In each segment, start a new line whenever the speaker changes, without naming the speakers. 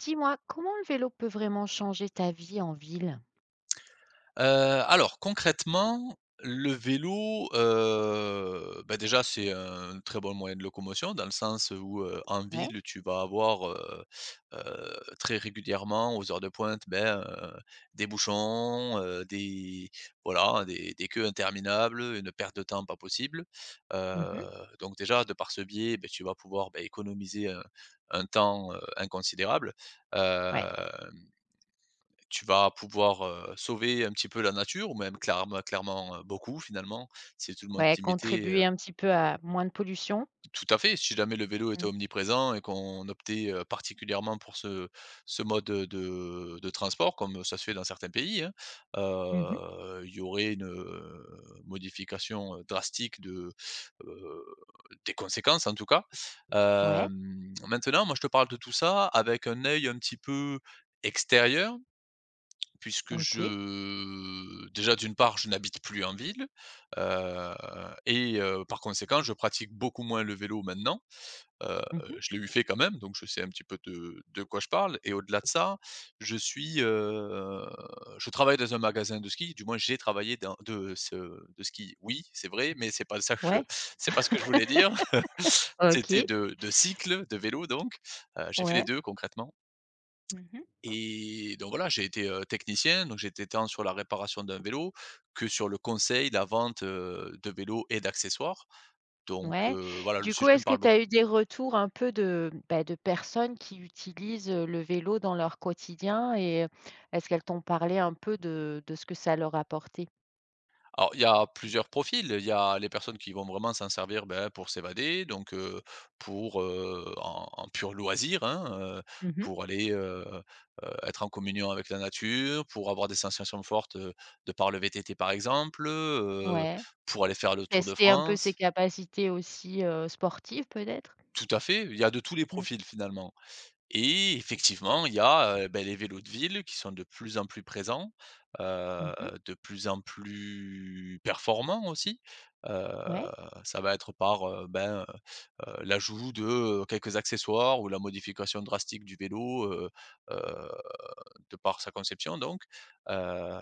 Dis-moi, comment le vélo peut vraiment changer ta vie en ville?
Heu, alors concrètement, le vélo, bah, déjà c'est un très bon moyen de locomotion dans le sens où, en
Ouais.
ville tu vas avoir, très régulièrement aux heures de pointe, ben, des bouchons, des voilà, des queues interminables, une perte de temps pas possible. Heu,
Mmh.
donc déjà de par ce biais, beh, tu vas pouvoir, bah, économiser un temps, inconsidérable.
Ouais.
Hem Tu vas pouvoir, sauver un petit peu la nature ou même clarem clairement, beaucoup finalement, si tout le monde
Ouais,
s'y mettait,
contribuer un petit peu à moins de pollution?
tout à fait, si jamais le vélo était
Mmh.
omniprésent et qu'on optait, particulièrement pour ce mode, de transport comme ça se fait dans certains pays, hein,
Mmh.
il y aurait une, modification, drastique de, heu, des conséquences en tout cas.
Ouais.
Maintenant moi je te parle de tout ça avec un œil un petit peu extérieur puisque
OK.
je déjà d'une part, je n'habite plus en ville, heu et par conséquent, je pratique beaucoup moins le vélo maintenant. Heu,
Mmh.
je l'ai eu fait quand même, donc je sais un petit peu de quoi je parle et au-delà de ça, je suis, heu, je travaille dans un magasin de ski, du moins j'ai travaillé dans de ski, oui, c'est vrai, mais c'est pas ça que je
Ouais.
c'est pas ce que je voulais dire. C'était
OK.
de cycle, de vélo donc, j'ai fait les
Ouais.
2 concrètement.
Mmh.
Et donc voilà, j'ai été, technicien, donc j'étais tant sur la réparation d'un vélo que sur le conseil, la vente, de vélos et d'accessoires. Donc
Ouais.
voilà, le
Du coup,
sujet me
est-ce que
parle
tu as
beaucoup.
eu des retours un peu de, bah, de personnes qui utilisent, le vélo dans leur quotidien et est-ce qu'elles t'ont parlé un peu de ce que ça leur apportait?
Alors il y a plusieurs profils, il y a les personnes qui vont vraiment s'en servir, ben, pour s'évader, donc pour, en pur loisir, hein,
Mmh mh.
pour aller, être en communion avec la nature, pour avoir des sensations fortes, de par le VTT par exemple,
Ouais.
pour aller faire le Tour de
Tester un peu ses
France.
capacités aussi, sportives peut-être?
Tout à fait, il y a de tous les
Mmh.
profils finalement. Et effectivement, il y a, beh, les vélos de ville qui sont de plus en plus présents, heu,
Mmh.
de plus en plus performants aussi. Heu,
Ouais.
ça va être par, ben, l'ajout de, quelques accessoires ou la modification drastique du vélo, heu de par sa conception donc, heu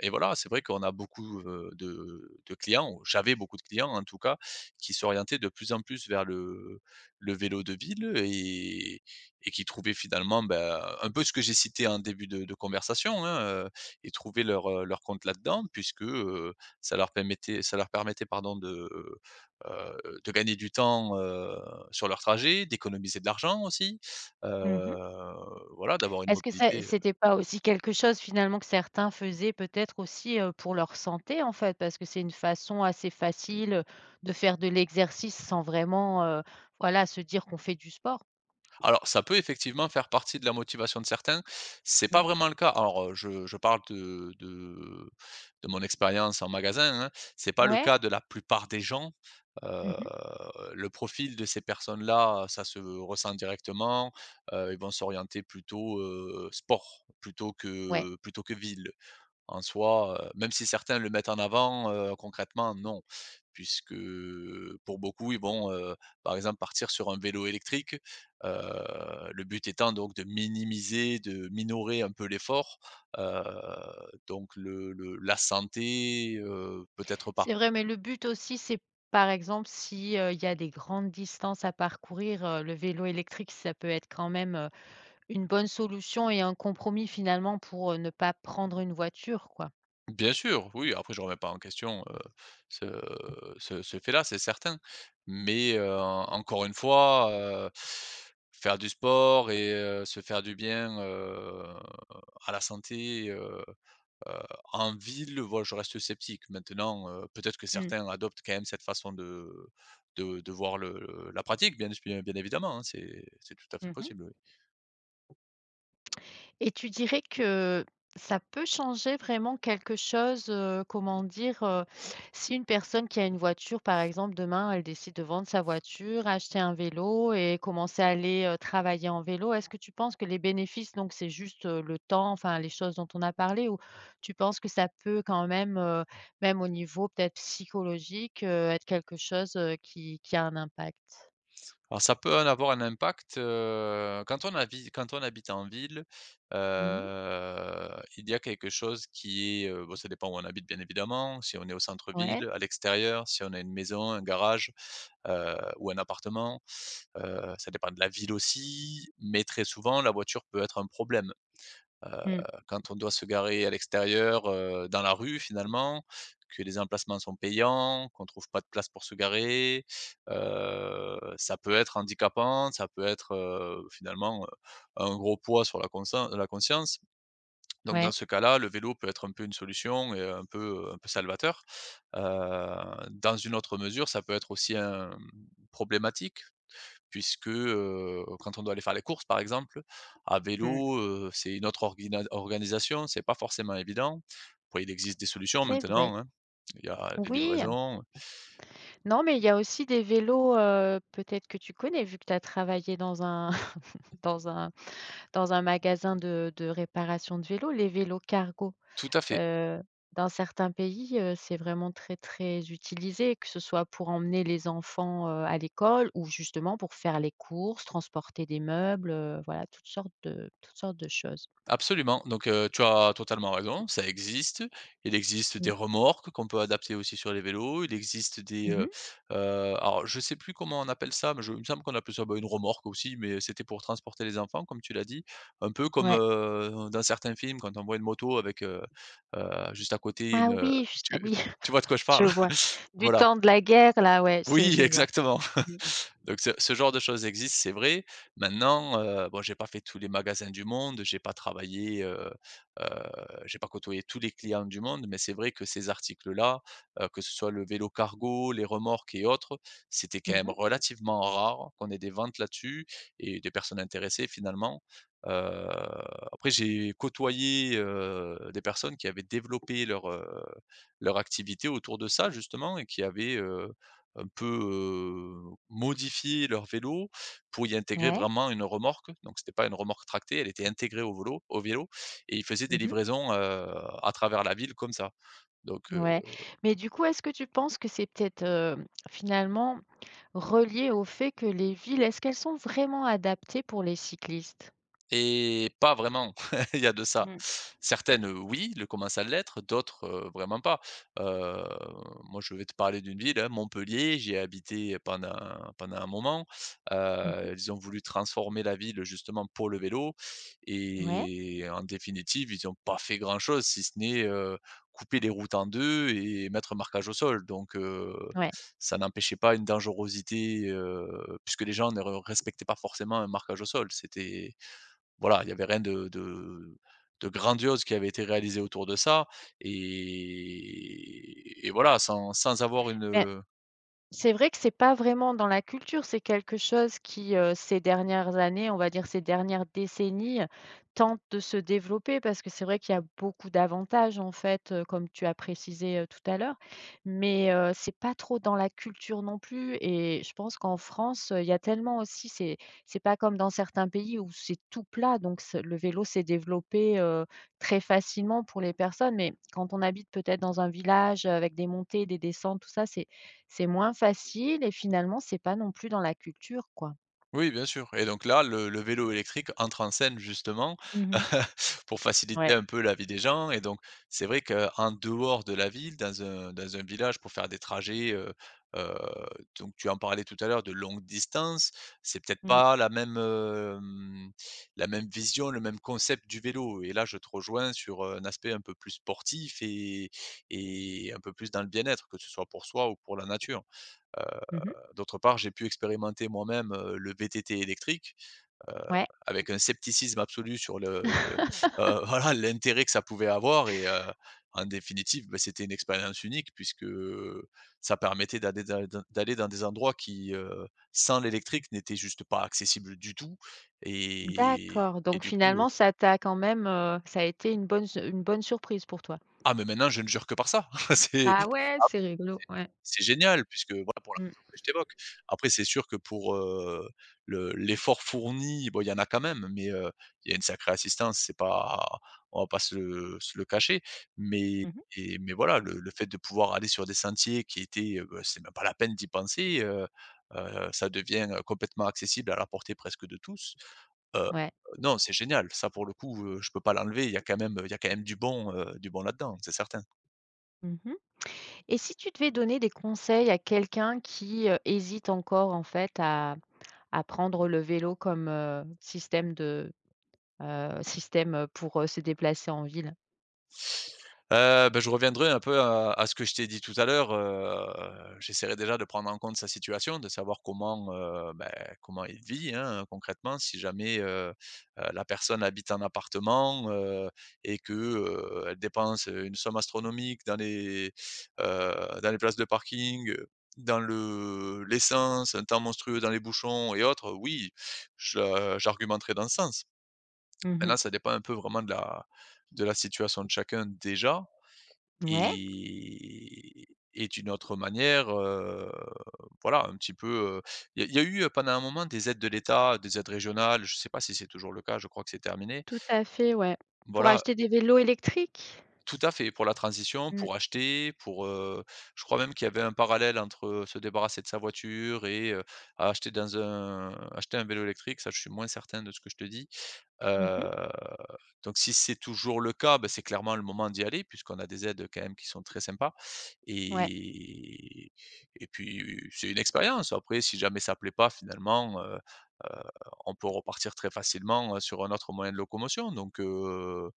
et voilà, c'est vrai qu'on a beaucoup, de clients ou j'avais beaucoup de clients en tout cas, qui s'orientaient de plus en plus vers le vélo de ville et qui trouvaient finalement, bah, un peu ce que j'ai cité en début de conversation, hein, heu, ils trouvaient leur, leur compte là-dedans puisque, ça leur permettait pardon heu, de gagner du temps, sur leur trajet, d'économiser de l'argent aussi,
Mmh mh.
heu, voilà, d'avoir une
Est-ce que c'est
mobilité.
c'était pas aussi quelque chose finalement que certains faisaient peut-être aussi, pour leur santé en fait? Parce que c'est une façon assez facile, de faire de l'exercice sans vraiment, voilà, se dire qu'on fait du sport.
Alors, ça peut effectivement faire partie de la motivation de certains. C'est pas
Mmh.
vraiment le cas. Alors, je parle de mon expérience en magasin, hein. C'est pas le
Ouais?
cas de la plupart des gens.
Mmh
Heu,
mh.
le profil de ces personnes-là, ça se ressent directement. Ils vont s'orienter plutôt, sport plutôt
Ouais,
que plutôt que ville en soi, même si certains le mettent en avant, concrètement non. Puisque, pour beaucoup, ils vont, par exemple, partir sur un vélo électrique, heu, le but étant donc de minimiser, de minorer un peu l'effort, heu, donc le la santé, peut-être pas.
c'est vrai, mais le but aussi, c'est par exemple si, il y a des grandes distances à parcourir, le vélo électrique, ça peut être quand même, une bonne solution et un compromis finalement pour, ne pas prendre une voiture quoi.
Bien sûr, oui, après je remets pas en question, ce fait-là, c'est certain. Mais, encore une fois, faire du sport et se faire du bien, à la santé, heu, en ville, voilà, je reste sceptique. Maintenant, peut-être que
Mmh.
certains adoptent quand même cette façon de voir la pratique, bien évidemment, hein, c'est tout à fait
Mmh mh.
possible, oui.
Et tu dirais que ça peut changer vraiment quelque chose, comment dire, si une personne qui a une voiture, par exemple, demain, elle décide de vendre sa voiture, acheter un vélo et commencer à aller, travailler en vélo. Est-ce que tu penses que les bénéfices, donc c'est juste, le temps, enfin les choses dont on a parlé ou tu penses que ça peut quand même, même au niveau peut-être psychologique, être quelque chose, qui a un impact?
Alors ça peut en avoir un impact, quand on habite en ville,
Mmh.
heu, il y a quelque chose qui est, bon ça dépend où on habite bien évidemment, si on est au
Ouais?
centre-ville, à l'extérieur, si on a une maison, un garage, ou un appartement, ça dépend de la ville aussi, mais très souvent la voiture peut être un problème. Heu,
Mmh.
quand on doit se garer à l'extérieur, dans la rue finalement, que les emplacements sont payants, qu'on trouve pas de place pour se garer, ça peut être handicapant, ça peut être, finalement, un gros poids sur la conscience. Donc dans
Ouais.
ce cas-là, le vélo peut être un peu une solution et un peu salvateur. Heu, dans une autre mesure, ça peut être aussi un problématique puisque, quand on doit aller faire les courses, par exemple, à
Mmh.
vélo, c'est une autre orguina organisation, c'est pas forcément évident. Après, il existe des solutions
C'est vrai.
maintenant, hein. Il y a des
Oui.
livraisons.
Non, mais il y a aussi des vélos, peut-être que tu connais vu que tu as travaillé dans un dans un dans un magasin de réparation de vélos, les vélos cargo.
Tout à fait.
Heu, dans certains pays, c'est vraiment très, très utilisé, que ce soit pour emmener les enfants, à l'école ou justement pour faire les courses, transporter des meubles, voilà toutes sortes de choses.
Absolument, donc tu as totalement raison, ça existe. Il existe des
Mmh.
remorques qu'on peut adapter aussi sur les vélos. Il existe des,
Mmh.
heu, alors je sais plus comment on appelle ça, mais je il me semble qu'on appelait ça, bah, une remorque aussi, mais c'était pour transporter les enfants, comme tu l'as dit. Un peu comme,
Ouais.
dans certains films, quand on voit une moto avec, juste à côté
Ah
une,
oui, j ah
tu
oui,
tu vois de quoi je
je
parle?
vois. Du
Voilà.
temps de la guerre là, ouais, c'est
Oui,
je vois.
exactement.
Mmh.
Donc ce genre de choses existe, c'est vrai. Maintenant, bon, j'ai pas fait tous les magasins du monde, j'ai pas travaillé, heu, j'ai pas côtoyé tous les clients du monde, mais c'est vrai que ces articles-là, que ce soit le vélo cargo, les remorques et autres, c'était quand même
Mmh.
relativement rare qu'on ait des ventes là-dessus et des personnes intéressées finalement. Heu, après j'ai côtoyé, des personnes qui avaient développé leur, leur activité autour de ça justement et qui avaient, un peu, modifié leur vélo pour y intégrer
Ouais,
vraiment une remorque. Donc c'était pas une remorque tractée, elle était intégrée au vélo et ils faisaient des
Mmh
livraisons, à travers la ville comme ça. Donc,
Ouais, mais du coup, est-ce que tu penses que c'est peut-être, finalement relié au fait que les villes, est-ce qu'elles sont vraiment adaptées pour les cyclistes?
Et pas vraiment, il y a de ça.
Mmh.
Certaines, oui, le commencent à l'être, d'autres, vraiment pas. Heu, moi, je vais te parler d'une ville, hein, Montpellier, j'y ai habité pendant un moment. Heu,
Mmh.
ils ont voulu transformer la ville justement pour le vélo
Ouais,
et en définitive, ils ont pas fait grand-chose si ce n'est, couper les routes en 2 et mettre un marquage au sol donc
ouais.
ça n'empêchait pas une dangerosité, puisque les gens ne re respectaient pas forcément un marquage au sol. C'était voilà, il y avait rien de grandiose qui avait été réalisé autour de ça et voilà, sans avoir
Beh.
une.
C'est vrai que c'est pas vraiment dans la culture, c'est quelque chose qui, ces dernières années, on va dire ces dernières décennies, tente de se développer parce que c'est vrai qu'il y a beaucoup d'avantages en fait, comme tu as précisé, tout à l'heure. Mais, c'est pas trop dans la culture non plus et je pense qu'en France, il y a tellement aussi c'est pas comme dans certains pays où c'est tout plat, donc ce le vélo s'est développé, très facilement pour les personnes. Mais quand on habite peut-être dans un village, avec des montées, des descentes, tout ça, c'est moins facile et finalement, c'est pas non plus dans la culture, quoi.
Oui, bien sûr et donc là, le vélo électrique entre en scène justement,
Mmh.
pour faciliter
Ouais.
un peu la vie des gens et donc c'est vrai qu'en dehors de la ville, dans un village pour faire des trajets, heu, donc tu en parlais tout à l'heure de longue distance, c'est peut-être
Mh. Mmh.
pas la même, la même vision, le même concept du vélo et là, je te rejoins sur, un aspect un peu plus sportif et un peu plus dans le bien-être, que ce soit pour soi ou pour la nature. Euh,
Mmh.
D'autre part, j'ai pu expérimenter moi-même, le VTT électrique, heu,
Ouais.
avec un scepticisme absolu sur voilà l'intérêt que ça pouvait avoir et en définitive, beh, c'était une expérience unique puisque, ça permettait d'aller dans des endroits qui, sans l'électrique n'étaient juste pas accessibles du tout et
D'accord,
et
donc
du coup,
finalement, ça t'a quand même, ça a été une bonne s une bonne surprise pour toi?
ah mais maintenant je ne jure que par ça. C'est
Ah ouais, c'est rigolo, ouais.
C'est génial puisque voilà pour la
Mmh.
raison que je t'évoque. Après c'est sûr que pour, le l'effort fourni, bon il y en a quand même, mais, il y a une sacrée assistance, c'est pas on va pas se le cacher, mais
Mmh.
mais voilà, le fait de pouvoir aller sur des sentiers qui étaient, bah, c'est même pas la peine d'y penser, ça devient, complètement accessible à la portée presque de tous. Heu,
Ouais.
non, c'est génial, ça pour le coup, je peux pas l'enlever, il y a quand même du bon là-dedans, c'est certain.
Mmh. Et si tu devais donner des conseils à quelqu'un qui, hésite encore en fait à prendre le vélo comme, système, pour, se déplacer en ville.
Bah, je reviendrai un peu à ce que je t'ai dit tout à l'heure, j'essaierai déjà de prendre en compte sa situation, de savoir comment, bah, comment il vit, hein, concrètement. Si jamais, la personne habite en appartement, et que, elle dépense, une somme astronomique dans heu, les places de parking, dans le l'essence, un temps monstrueux dans les bouchons et autres, oui, je j'argumenterai dans ce sens.
Mmh.
Maintenant, ça dépend un peu vraiment de la situation de chacun déjà,
Ouais,
et et d'une autre manière, voilà, un petit peu, heu, il y a eu, pendant un moment des aides de l'État, des aides régionales, je ne sais pas si c'est toujours le cas, je crois que c'est terminé.
tout à fait, ouais. Pour
Voilà,
acheter des vélos électriques?
tout à fait, pour la transition,
Mmh.
pour acheter, je crois même qu'il y avait un parallèle entre, se débarrasser de sa voiture et acheter un vélo électrique, ça je suis moins certain de ce que je te dis.
Mmh.
Heu, donc si c'est toujours le cas, bah, c'est clairement le moment d'y aller puisqu'on a des aides, quand même qui sont très sympas,
Ouais.
et et puis c'est une expérience. Après si jamais ça plaît pas finalement, heu, on peut repartir très facilement, sur un autre moyen de locomotion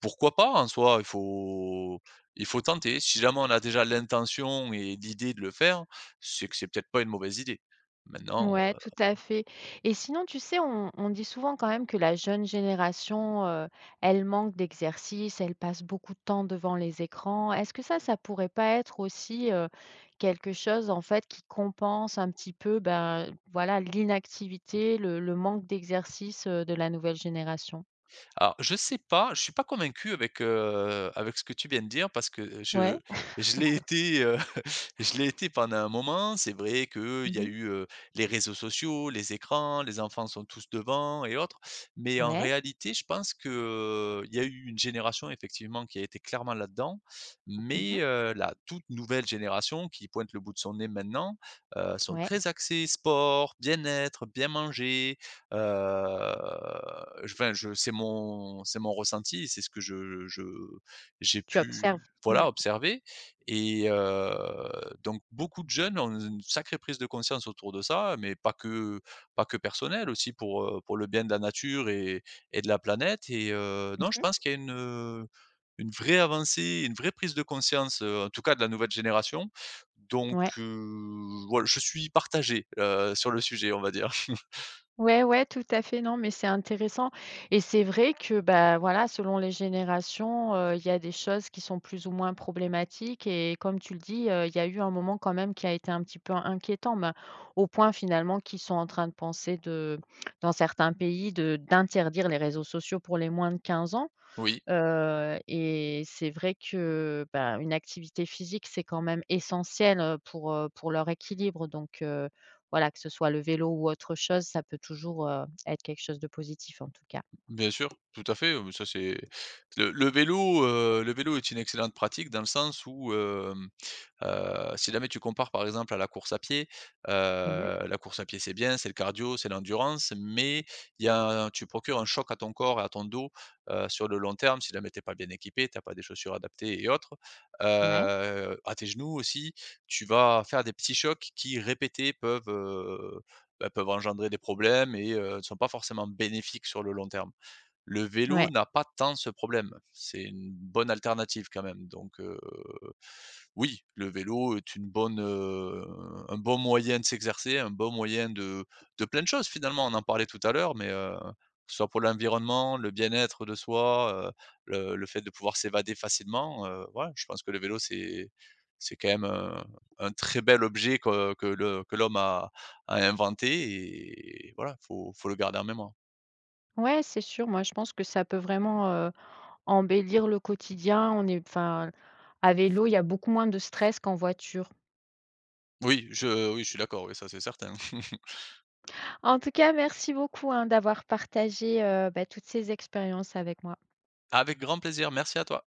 pourquoi pas en soi? Il faut tenter. Si jamais on a déjà l'intention et l'idée de le faire, c'est que c'est peut-être pas une mauvaise idée. Maintenant,
Ouais, tout à fait. Et sinon, tu sais, on dit souvent quand même que la jeune génération, elle manque d'exercice, elle passe beaucoup de temps devant les écrans. Est-ce que ça pourrait pas être aussi quelque chose en fait qui compense un petit peu, ben voilà, l'inactivité, le manque d'exercice de la nouvelle génération?
alors, je sais pas, je suis pas convaincu avec, avec ce que tu viens de dire parce que je
Ouais.
je l'ai été, je l'ai été pendant un moment. C'est vrai qu'il y a
Mhm.
eu, les réseaux sociaux, les écrans, les enfants sont tous devant et autres. Mais en
Ouais.
réalité, je pense que, il y a eu une génération effectivement qui a été clairement là-dedans. Mais,
Mhm.
la toute nouvelle génération qui pointe le bout de son nez maintenant, sont
Ouais.
très axés sport, bien-être, bien manger. Heu, je enfin, je c'est mon ressenti, c'est ce que je j'ai
Tu
pu,
observes. Mm.
voilà, observer, et donc beaucoup de jeunes ont une sacrée prise de conscience autour de ça, mais pas que personnelle, aussi pour le bien de la nature et de la planète, et non, je
Mhm.
pense qu'il y a une vraie avancée, une vraie prise de conscience, en tout cas de la nouvelle génération. donc
Ouais.
heu, voilà, je suis partagé, sur le sujet, on va dire.
Ouais, ouais, tout à fait. Non, mais c'est intéressant et c'est vrai que, bah, voilà, selon les générations, il y a des choses qui sont plus ou moins problématiques et comme tu le dis, il y a eu un moment quand même qui a été un petit peu inquiétant, ben, au point finalement qu'ils sont en train de penser de dans certains pays de d'interdire les réseaux sociaux pour les moins de 15 ans.
Oui.
Et c'est vrai que, bah, une activité physique, c'est quand même essentiel, pour leur équilibre donc voilà, que ce soit le vélo ou autre chose, ça peut toujours, être quelque chose de positif en tout cas.
Bien sûr, tout à fait, ça c'est le vélo est une excellente pratique dans le sens où, si jamais tu compares par exemple à la course à pied,
Mmh.
heu, la course à pied c'est bien, c'est le cardio, c'est l'endurance, mais il y a un- tu procures un choc à ton corps et à ton dos, sur le long terme si jamais t'es pas bien équipé, t'as pas des chaussures adaptées et autres,
Ouais,
à tes genoux aussi, tu vas faire des petits chocs qui répétés peuvent, bah, peuvent engendrer des problèmes, et ne sont pas forcément bénéfiques sur le long terme. Le vélo
ouais.
n'a pas tant ce problème. C'est une bonne alternative quand même, oui, le vélo est une bonne, un bon moyen de s'exercer, un bon moyen de plein de choses finalement. On en parlait tout à l'heure mais que ce soit pour l'environnement, le bien-être de soi, le fait de pouvoir s'évader facilement, ouais, je pense que le vélo c'est quand même un très bel objet que l'homme a a inventé, et voilà, faut le garder en mémoire.
Ouais, c'est sûr, moi je pense que ça peut vraiment, embellir le quotidien. On est enfin, à vélo, il y a beaucoup moins de stress qu'en voiture.
Oui, je suis d'accord, oui, ça c'est certain.
En tout cas, merci beaucoup, hein, d'avoir partagé, bah, toutes ces expériences avec moi.
Avec grand plaisir, merci à toi.